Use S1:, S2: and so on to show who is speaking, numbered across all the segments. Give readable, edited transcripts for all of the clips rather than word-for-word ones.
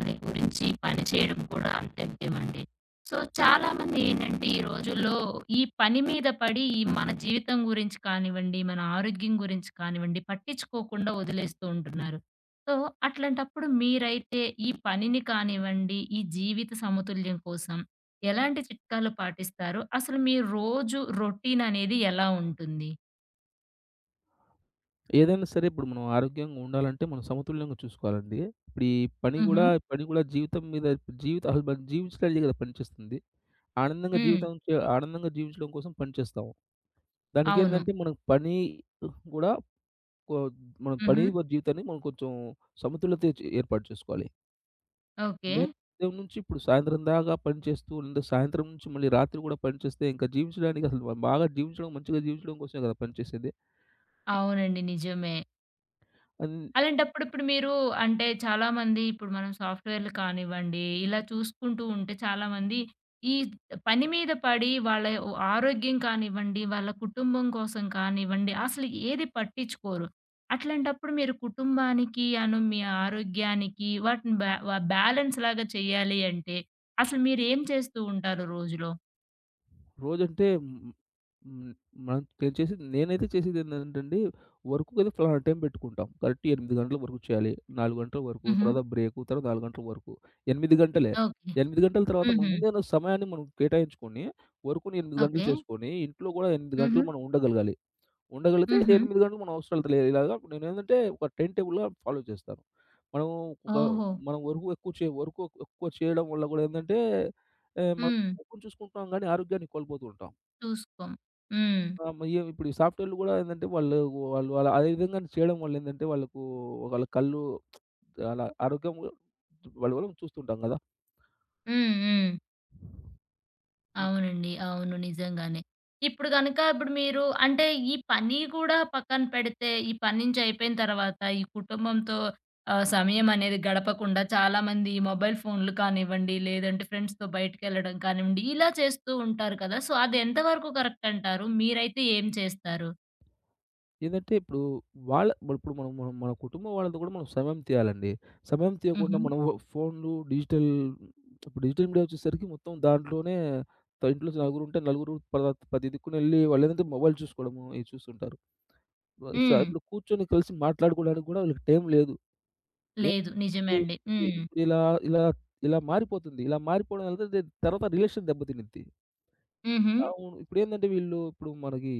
S1: దాని గురించి పని చేయడం కూడా అంతే ముఖ్యమండి. సో, చాలామంది ఏంటంటే ఈ రోజుల్లో ఈ పని మీద పడి ఈ మన జీవితం గురించి కానివ్వండి, మన ఆరోగ్యం గురించి కానివ్వండి పట్టించుకోకుండా వదిలేస్తూ ఉంటున్నారు. సో, అట్లాంటప్పుడు మీరైతే ఈ పనిని కానివ్వండి, ఈ జీవిత సమతుల్యం కోసం ఎలాంటి చిట్కాలు పాటిస్తారు? అసలు మీ రోజు రొటీన్ అనేది ఎలా ఉంటుంది?
S2: ఏదైనా సరే ఇప్పుడు మనం ఆరోగ్యంగా ఉండాలంటే మనం సమతుల్యంగా చూసుకోవాలండి. ఇప్పుడు ఈ పని
S1: హుహు.
S2: గూడా పని గూడా జీవితం మీద జీవిత అసలు మనం జీవించడానికి కదా పనిచేస్తుంది. ఆనందంగా
S1: హ్మ్.
S2: జీవితం చే ఆనందంగా జీవించడం కోసం పనిచేస్తాము.
S1: అవును.
S2: దానికేందంటే మనం పని గూడా కొ మనం పని
S1: హుహు.
S2: వ- జీవితాన్ని మనం కొంచెం సమతుల్యత చే ఏర్పాటు చేసుకోవాలి.
S1: ఓకే.
S2: అంటే ఉదయం నుంచి ఇప్పుడు సాయంత్రం దాకా పని చేస్తూ ఉంటే, సాయంత్రం నుంచి మళ్ళీ రాత్రి గూడా పనిచేస్తే, ఇంకా జీవించడానికి అసలు బాగా జీవించడం, మంచిగా జీవించడం కోసమే కదా పనిచేసేది.
S1: అవునండి. నిజమే.
S2: అన్
S1: అలాంటప్పుడు ఇప్పుడు మీరు అంటే చాలామంది ఇప్పుడు మనం సాఫ్ట్‌వేర్‌లు కానివ్వండి, ఇలా చూసుకుంటూ ఉంటే చాలామంది ఈ పని మీద పడి వాళ్ళ ఓ ఆరోగ్యం కానివ్వండి, వాళ్ళ కుటుంబం కోసం కానివ్వండి, అసలు ఏది పట్టించుకోరు. అట్లాంటప్పుడు మీరు కుటుంబానికి మీ ఆరోగ్యానికి వాటిని బ్యాలెన్స్ లాగా చేయాలి అంటే అసలు మీరేం చేస్తూ ఉంటారు రోజులో?
S2: రోజంటే హ్మ్. హ్మ్. మనం నేను చేసేది నేనైతే చేసేదేందంటండి, వర్క్‌కి అయితే ఫలానా టైం పెట్టుకుంటాం. కరెక్ట్ 8 గంటల వరకు చేయాలి. 4 గంటల వరకు,
S1: హుహు.
S2: తర్వాత బ్రేకు, తర్వాత 4 గంటల వరకు. 8 గంటలే.
S1: ఓకే.
S2: 8 గంటల తర్వాత మన
S1: హుహు.
S2: ముందేదో సమయాన్ని మనం కేటాయించుకొని, వర్క్‌ని 8 గంటలు
S1: ఓకే.
S2: చేసుకొని, ఇంట్లో కూడా 8
S1: హుహు.
S2: గంటలు మనం ఉండగలగాలి. ఉండగలిగితే
S1: హుహు.
S2: 8 గంటలు మనం అవసరాలత లేదు. ఇలాగా నేనేందంటే ఒక టైమ్ టేబుల్‌లా ఫాలో చేస్తాను. మనము ఒక
S1: ఓహో!
S2: మనం వర్క్ ఎక్కువ చేయడం వల్ల గూడా ఏందంటే, మనం
S1: హ్మ్.
S2: డబ్బులు చూసుకుంటున్నాం గానీ ఆరోగ్యాన్ని కోల్పోతూ ఉంటాం.
S1: చూసుకోం. హ్మ్.
S2: ఆహ్, మ ఏ ఇప్పుడు ఈ సాఫ్ట్‌వేర్‌లు గూడా ఏందంటే వాళ్ళు వాళ్ళు అలా అదే విధంగా చేయడం వల్ల ఏందంటే, వాళ్ళకు వాళ్ళ కళ్ళు అలా ఆరోగ్యం వాళ్ళ వల్ల చూస్తుంటాం గదా!
S1: హ్మ్. హ్మ్. అవునండి. అవును. నిజంగానే. ఇప్పుడు గనక ఇప్పుడు మీరు అంటే ఈ పని కూడా పక్కన పెడితే, ఈ పని నుంచి అయిపోయిన తర్వాత ఈ కుటుంబంతో ఆహ్, సమయం అనేది గడపకుండా చాలామంది ఈ మొబైల్ ఫోన్‌లు కానివ్వండి, లేదంటే ఫ్రెండ్స్‌తో బయటికెళ్ళడం కానివ్వండి, ఇలా చేస్తూ ఉంటారు కదా! సో, అది ఎంతవరకు కరెక్ట్ అంటారు? మీరైతే ఏం చేస్తారు?
S2: ఏదంటే ఇప్పుడు వాళ్ళ ఇప్పుడు మనం మనం మన కుటుంబం వాళ్ళతో కూడా మనం సమయం తీయాలండి. సమయం తీయకుండా
S1: హుహు.
S2: మనం ఫోన్‌లు, డిజిటల్ ఇప్పుడు డిజిటల్ మీడియా వచ్చేసరికి మొత్తం దాంట్లోనే ఇంట్లో నలుగురుంటే నలుగురు పది దిక్కునెళ్లి వాళ్ళేందంటే మొబైల్ చూసుకోవడము ఇవి చూస్తుంటారు.
S1: హ్మ్.
S2: ఇప్పుడు కూర్చొని కలిసి మాట్లాడుకోవడానికి కూడా వీళ్ళకి టైం లేదు.
S1: లేదు. నిజమే
S2: ఏంటి
S1: అండి. హ్మ్.
S2: ఇప్పుడు ఇలా ఇలా ఇలా మారిపోతుంది. ఇలా మారిపోవడం వల్ల తర్వాత రిలేషన్ దెబ్బతినిద్ది.
S1: హుహు.
S2: అవును. ఇప్పుడేందంటే వీళ్ళు ఇప్పుడు మనకి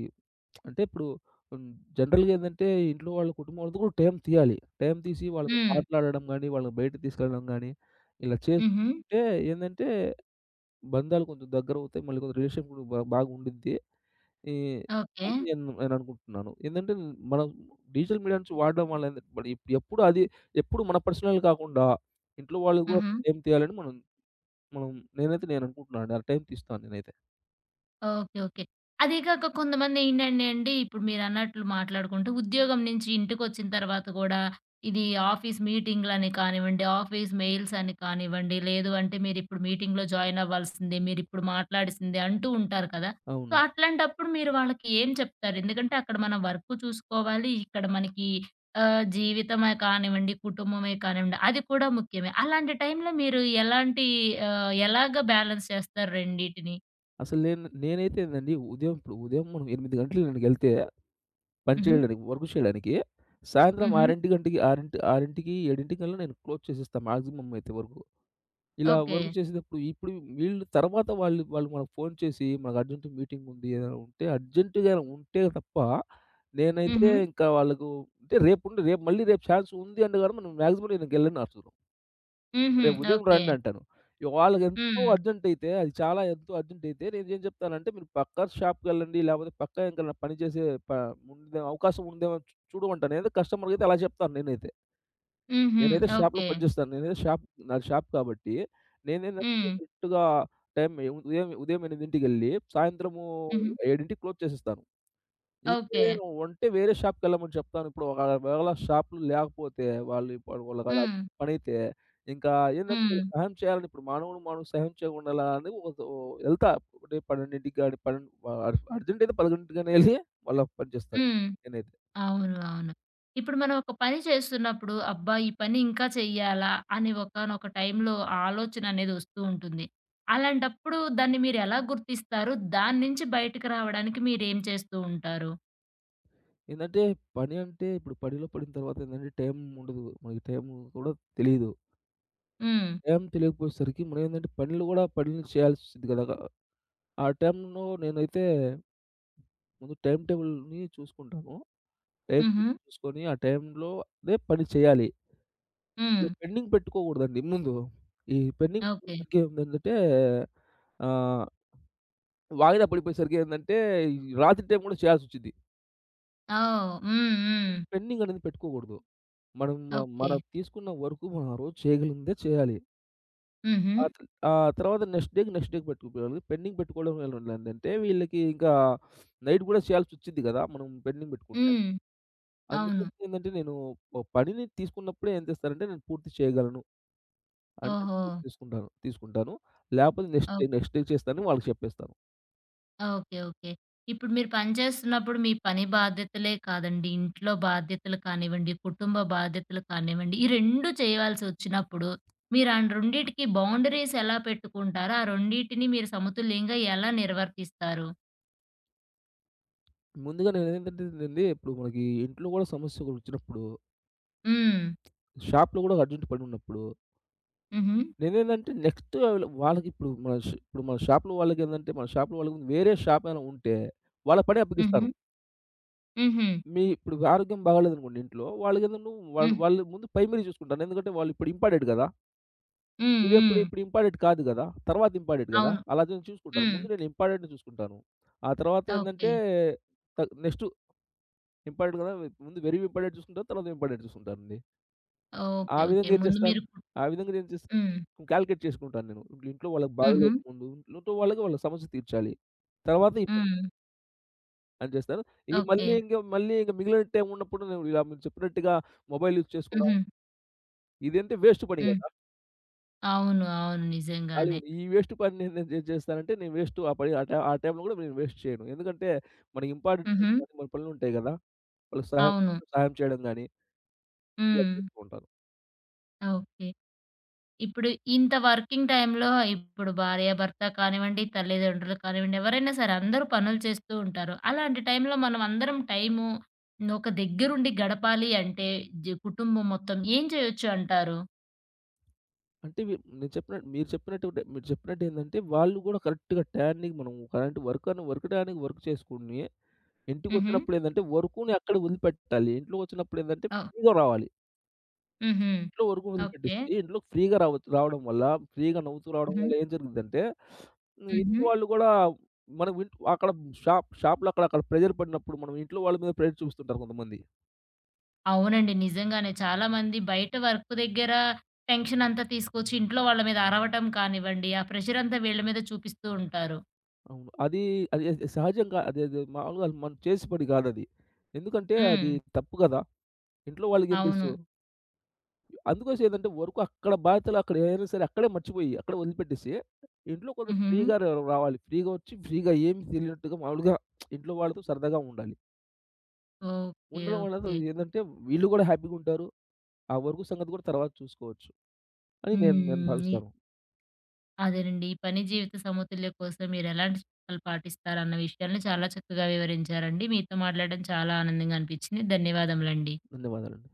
S2: అంటే ఇప్పుడు హ్మ్. జనరల్‌గా ఏందంటే ఇంట్లో వాళ్ళ కుటుంబం వాళ్ళతో కూడా టైం తీయాలి. టైం తీసి వాళ్ళతో
S1: హ్మ్.
S2: మాట్లాడడం గాని, వాళ్ళని బయటకి తీసుకెళ్ళడం గాని, ఇలా
S1: హుహు.
S2: చేస్తే ఏందంటే బంధాలు కొంచెం దగ్గరవుతాయి. మళ్ళీ కొంచెం రిలేషన్ కూడా బాగుండిద్ది. ఈ
S1: ఓకే.
S2: అని నేననుకుంటున్నాను. ఏందంటే మనం డిజిటల్ మీడియా నుంచి వాడడం వల్ల ఏందంటే మరి ఎప్పుడు మన పర్సనల్ కాకుండా ఇంట్లో వాళ్ళకి కూడా
S1: హుహు.
S2: టైం తీయాలని మనం మనం నేనైతే నేను అనుకుంటున్నానండి. అలా టైం తీస్తాను నేనైతే.
S1: ఓకే. ఓకే. అదీ కాక కొంతమందేంటంటే అండి, ఇప్పుడు మీరన్నట్లు మాట్లాడుకుంటూ ఉద్యోగం నుంచి ఇంటికొచ్చిన తర్వాత గూడా, ఇది ఆఫీస్ మీటింగ్‌లని కానివ్వండి, ఆఫీస్ మెయిల్స్ అని కానివ్వండి, లేదు అంటే మీరిప్పుడు మీటింగ్‌లో జాయిన్ అవ్వాల్సిందే, మీరిప్పుడు మాట్లాడాల్సిందే అంటూ ఉంటారు కదా! సో,
S2: అవును.
S1: అట్లాంటప్పుడు మీరు వాళ్ళకి ఏం చెప్తారు? ఎందుకంటే అక్కడ మనం వర్కు చూసుకోవాలి, ఇక్కడ మనకి ఆహ్, జీవితమే కానివ్వండి, కుటుంబమే కానివ్వండి, అది కూడా ముఖ్యమే. అలాంటి టైంలో మీరు ఎలాంటి ఆహ్, ఎలాగా బ్యాలెన్స్ చేస్తారు రెండిటిని?
S2: అసలు నేనైతే ఏందండి, ఉదయం మనం 8కి నేనెళ్తే పని
S1: హుహు.
S2: చేయడానికి, వర్క్ చేయడానికి. సాయంత్రం
S1: హుహు.
S2: 6 గంటకి, 6 6 7 నేను క్లోజ్ చేసేస్తా మాక్సిమం అయితే వరకు. ఇలా
S1: ఓకే.
S2: వర్క్ చేసేటప్పుడు ఇప్పుడు వీళ్ళు తర్వాత వాళ్ళు వాళ్ళు మనకు ఫోను చేసి మనకు అర్జెంట్ మీటింగ్ ఉంది, ఏదైనా ఉంటే అర్జెంట్‌గా ఉంటే తప్ప నేనైతే
S1: హుహు.
S2: ఇంకా వాళ్ళకు, అంటే రేపుండి రేపు మళ్ళీ రేపు ఛాన్స్ ఉంది అంటే గనక నేను మాక్సిమం నేనెళ్ళను అసలు.
S1: హుహు.
S2: రేపు ఉదయం
S1: ఓకే.
S2: రండి అంటాను. వాళ్ళకెంతో
S1: హ్మ్.
S2: అర్జెంట్ అయితే, అది చాలా ఎంతో అర్జెంట్ అయితే నేనేం చెప్తానంటే, మీరు పక్కా షాప్‌కెళ్ళండి. లేకపోతే పక్కా ఇంకన్నా పని చేసే ప ఉండే అవకాశం ఉందేమో చూడమంటాను. నేనైతే కస్టమర్‌కైతే అలా చెప్తాను నేనైతే.
S1: హుహు.
S2: నేనైతే షాప్‌లో
S1: ఓకే.
S2: పనిచేస్తాను. నేనైతే షాప్ నాది షాప్ కాబట్టి, నేనేందంటే
S1: హ్మ్.
S2: కరెక్ట్‌గా టైం ఉదయం ఉదయం 8కి ఎళ్లి సాయంత్రము
S1: హుహు.
S2: 7కి క్లోజ్ చేసేస్తాను.
S1: ఓకే.
S2: ఇంకేను ఉంటే వేరే షాప్‌కెళ్ళమని చెప్తాను. ఇప్పుడు ఒకవేళ షాప్‌లు లేకపోతే, వాళ్ళు ఇప్పుడు వాళ్ళకి అది
S1: హ్మ్.
S2: అర్జెంట్ పనైతే ఇంకా ఏందంటే
S1: హ్మ్.
S2: వీళ్ళు సహాయం చేయాలని, ఇప్పుడు మానవుడు మానవుడు సహాయం చేయకుండాలా అని ఓతో ఎళ్తా. 12కి గాని, అర్జెంట్ అయితే 11కి గాని ఎళ్లి మళ్ళా పని చేస్తాను
S1: హ్మ్.
S2: నేనైతే.
S1: అవును. అవును. ఇప్పుడు మనం ఒక పని చేస్తున్నప్పుడు, అబ్బా! ఈ పని ఇంకా చెయ్యాలా అని ఒకానొక టైంలో ఆ ఆలోచన అనేది వస్తూ ఉంటుంది. అలాంటప్పుడు దాన్ని మీరెలా గుర్తిస్తారు? దాని నుంచి బయటకి రావడానికి మీరేం చేస్తూ ఉంటారు?
S2: ఏందంటే పని అంటే ఇప్పుడు పనిలో పడిన తర్వాత ఏందంటే టైం ఉండదు. మనకి టైం కూడా తెలీదు.
S1: హ్మ్.
S2: టైం తెలియకపోయేసరికి మనం ఏందంటే పనులు కూడా పనులు చేయాల్సి వస్తది కదా! ఆ టైంలో నేనైతే ముందు టైమ్ టేబుల్‌ని చూసుకుంటాను. టైం
S1: హుహు.
S2: చూసుకొని ఆ టైంలో అదే పని చేయాలి.
S1: హ్మ్.
S2: పెండింగ్ పెట్టుకోకూడదండి ముందు. ఈ పెండింగ్
S1: ఓకే.
S2: పెట్టేసరికి ఏమైందంటే, ఆహ్, వాయిదా పడిపోయేసరికి ఏందంటే రాత్రి టైం కూడా చేయాల్సొచ్చిద్ది.
S1: ఓహ్! హ్మ్. హ్మ్.
S2: పెండింగ్ అనేది పెట్టుకోకూడదు. మనం మ
S1: ఓకే.
S2: మనం తీసుకున్న వర్క్ మనం ఆ రోజు చేయగలిగిందే చేయాలి.
S1: హుహు.
S2: ఆ త ఆ తర్వాత నెక్స్ట్ డేకి పెట్టుకోవాలి. పెండింగ్ పెట్టుకోవడం వల్ల ఏందంటే వీళ్ళకి ఇంకా నైట్ కూడా చేయాల్సొచ్చిద్ది కదా, మనం పెండింగ్ పెట్టుకుంటే.
S1: హ్మ్. అవును.
S2: అందుకోసం ఏందంటే నేను ఓ పనిని తీసుకున్నప్పుడే ఏం చేస్తానంటే నేను పూర్తి చేయగలను. అంటే
S1: ఓహో!
S2: ఫుడ్ తీసుకుంటాను. తీసుకుంటాను. లేకపోతే next
S1: oh!
S2: Day next day చేస్తానని వాళ్ళకి చెప్పేస్తాను.
S1: ఓకే. ఓకే. ఇప్పుడు మీరు పని చేస్తున్నప్పుడు మీ పని బాధ్యతలే కాదండి, ఇంట్లో బాధ్యతలు కానివ్వండి, కుటుంబ బాధ్యతలు కానివ్వండి, ఈ 2 చేయాల్సొచ్చినప్పుడు మీరు ఆ రెండిటికి బౌండరీస్ ఎలా పెట్టుకుంటారో, ఆ రెండిటిని మీరు సమతుల్యంగా ఎలా నిర్వర్తిస్తారు?
S2: ముందుగా నేనేంటంటేనండి, ఇప్పుడు మనకి ఇంట్లో గూడా సమస్యలొచ్చినప్పుడు,
S1: హ్మ్.
S2: షాప్‌లో గూడా అర్జెంట్ పనున్నప్పుడు,
S1: హుహు.
S2: నేనేందంటే నెక్స్ట్ ఆవిల వాళ్ళకిప్పుడు మన ష్ ఇప్పుడు మన షాప్‌లో వాళ్ళకి వేరే షాప్ ఏమైనా ఉంటే, వాళ్ళ పని
S1: హుహు.
S2: అప్పగిస్తాను.
S1: హుహు.
S2: మీ ఇప్పుడు ఆరోగ్యం బాగాలేదనుకోండి ఇంట్లో, వాళ్ళకేందంటే, వాళ్ళు
S1: హ్మ్.
S2: వాళ్ళు ముందు ప్రైమరీ చూసుకుంటాను. ఎందుకంటే వాళ్ళు ఇప్పుడు ఇంపార్టెంట్ గదా!
S1: హ్మ్.
S2: ఇదెప్పుడు
S1: హ్మ్.
S2: ఇప్పుడు ఇంపార్టెంట్ కాదు గదా! తర్వాత ఇంపార్టెంట్ గదా!
S1: అవును.
S2: అలా నేను చూసుకుంటాను.
S1: హ్మ్.
S2: ముందు నేను ఇంపార్టెంట్‌ని చూసుకుంటాను. ఆ తర్వాత
S1: ఓకే.
S2: ఏందంటే త నెక్స్ట్ ఇంపార్టెంట్ గదా! ముందు వెరీ ఇంపార్టెంట్ చూసుకుంటాను. తర్వాత ఇంపార్టెంట్ చూసుకుంటానండి.
S1: ఓకే.
S2: ఆ
S1: ఓకే.
S2: విధంగా ఏం
S1: ముందు
S2: చేస్తాను
S1: మీరు
S2: ఆ విధంగా నేను చేస్
S1: హ్మ్.
S2: కాలిక్యులేట్ చేసుకుంటాను నేను. ఇప్పుడు ఇంట్లో వాళ్ళకి
S1: హుహు.
S2: బాగోలేదు ముందు. ఇంట్లో వాళ్ళకి వాళ్ళ సమస్య తీర్చాలి. తర్వాత ఈ పని
S1: హ్మ్.
S2: అని చేస్తాను.
S1: ఓకే.
S2: మళ్ళీ ఇంక మిగిలిన టైం ఉన్నప్పుడు నేను ఇలా మీరు చెప్పినట్టుగా మొబైల్ యూజ్ చేసుకోవడం,
S1: హుహు.
S2: ఇదంటే వేస్ట్ పని
S1: హ్మ్.
S2: గదా!
S1: అవును. అవును. నిజంగానే.
S2: కాలిగుండు. ఈ వేస్ట్ పని నేను నేను ఏం చేస్తానంటే, నేను వేస్ట్ ఆ పని ఆ టై ఆ టైంలో గూడా నేను వేస్ట్ చేయను. ఎందుకంటే, మనకి ఇంపార్టెంట్
S1: హుహు.
S2: పనులు మన పనులుంటాయి గదా! వాళ్ళకి సహాయం
S1: అవును.
S2: సహాయం చేయడం గాని, ఇలా
S1: హ్మ్.
S2: చేస్తూ ఉంటాను.
S1: ఓకే. ఇప్పుడు ఇంత వర్కింగ్ టైమ్‌లో ఇప్పుడు భార్యాభర్త కానివ్వండి, తల్లిదండ్రులు కానివ్వండి, ఎవరైనా సరే అందరూ పనులు చేస్తూ ఉంటారు. అలాంటి టైమ్‌లో మనం అందరం టైము ఒక దగ్గరుండి గడపాలి అంటే కుటుంబం మొత్తం ఏం చేయొచ్చు అంటారు?
S2: అంటే వి నేను చెప్పినట్టు మీరు చెప్పినట్టుంటే మీరు చెప్పినట్టేందంటే, వాళ్ళు గూడా కరెక్ట్‌గా టయానికి మనం కరెంట్ వర్క్ అని వర్క్ టయానికి వర్క్ చేసుకొని,
S1: హుహు.
S2: ఇంటికొచ్చినప్పుడేందంటే, వర్కుని అక్కడ వదిలిపెట్టాలి. ఇంట్లోకొచ్చినప్పుడేందంటే
S1: ఓహ్!
S2: ఫ్రీ‌గా రావాలి.
S1: హుహు.
S2: ఇంట్లో వరకు
S1: ఓకే.
S2: వదిలిపెట్టేసి, ఇంట్లోకి ఫ్రీగా రావడం వల్ల, ఫ్రీగా నవ్వుతూ రావడం
S1: హుహు.
S2: వల్ల ఏం జరిగిద్దంటే,
S1: హుహు.
S2: ఇంట్లో వాళ్ళు గూడా మనం ఇంట్ అక్కడ షాప్‌లో అక్కడ అక్కడ ప్రెషర్ పడినప్పుడు, మనం ఇంట్లో వాళ్ళ మీద ప్రెషర్ చూపిస్తుంటారు కొంతమంది.
S1: అవునండి. నిజంగానే చాలా మంది బయట వర్క్ దగ్గర టెన్షన్ అంతా తీసుకొచ్చి ఇంట్లో వాళ్ళ మీద అరవటం కానివ్వండి, ఆ ప్రెషర్ అంతా వీళ్ళ మీద చూపిస్తూ ఉంటారు.
S2: అవును. అది అది అది సహజంగా, అది అది మామూలుగా అది మనం చేసే పని గాదది. ఎందుకంటే,
S1: హ్మ్.
S2: అది తప్పు గదా! ఇంట్లో వాళ్ళకేం
S1: అవును.
S2: తెలుసు? అందుకోసం ఏందంటే, వర్క్ అక్కడ బాధ్యతలు అక్కడ ఏదైనా సరే అక్కడే మర్చిపోయి, అక్కడే వదిలిపెట్టేసి, ఇంట్లో కొంచెం
S1: హుహు.
S2: ఫ్రీగా రావాలి. ఫ్రీగా వచ్చి, ఫ్రీగా ఏమి తెలియనట్టుగా మామూలుగా ఇంట్లో వాళ్ళతో సరదాగా ఉండాలి.
S1: ఓకే.
S2: ఉండడం వల్ల
S1: ఓకే.
S2: ఏందంటే వీళ్ళు గూడా హ్యాపీ‌గుంటారు. ఆ వర్కు సంగతి గూడా తర్వాత చూసుకోవచ్చు అని నేను నేను
S1: హ్మ్.
S2: భావిస్తాను.
S1: అదేనండి. ఈ పని జీవిత సమతుల్య కోసం మీరెలాంటి చిట్కాలు పాటిస్తారన్న విషయాన్ని చాలా చక్కగా వివరించారండి. మీతో మాట్లాడడం చాలా ఆనందంగా అనిపించింది. ధన్యవాదములండి.
S2: ధన్యవాదాలండి.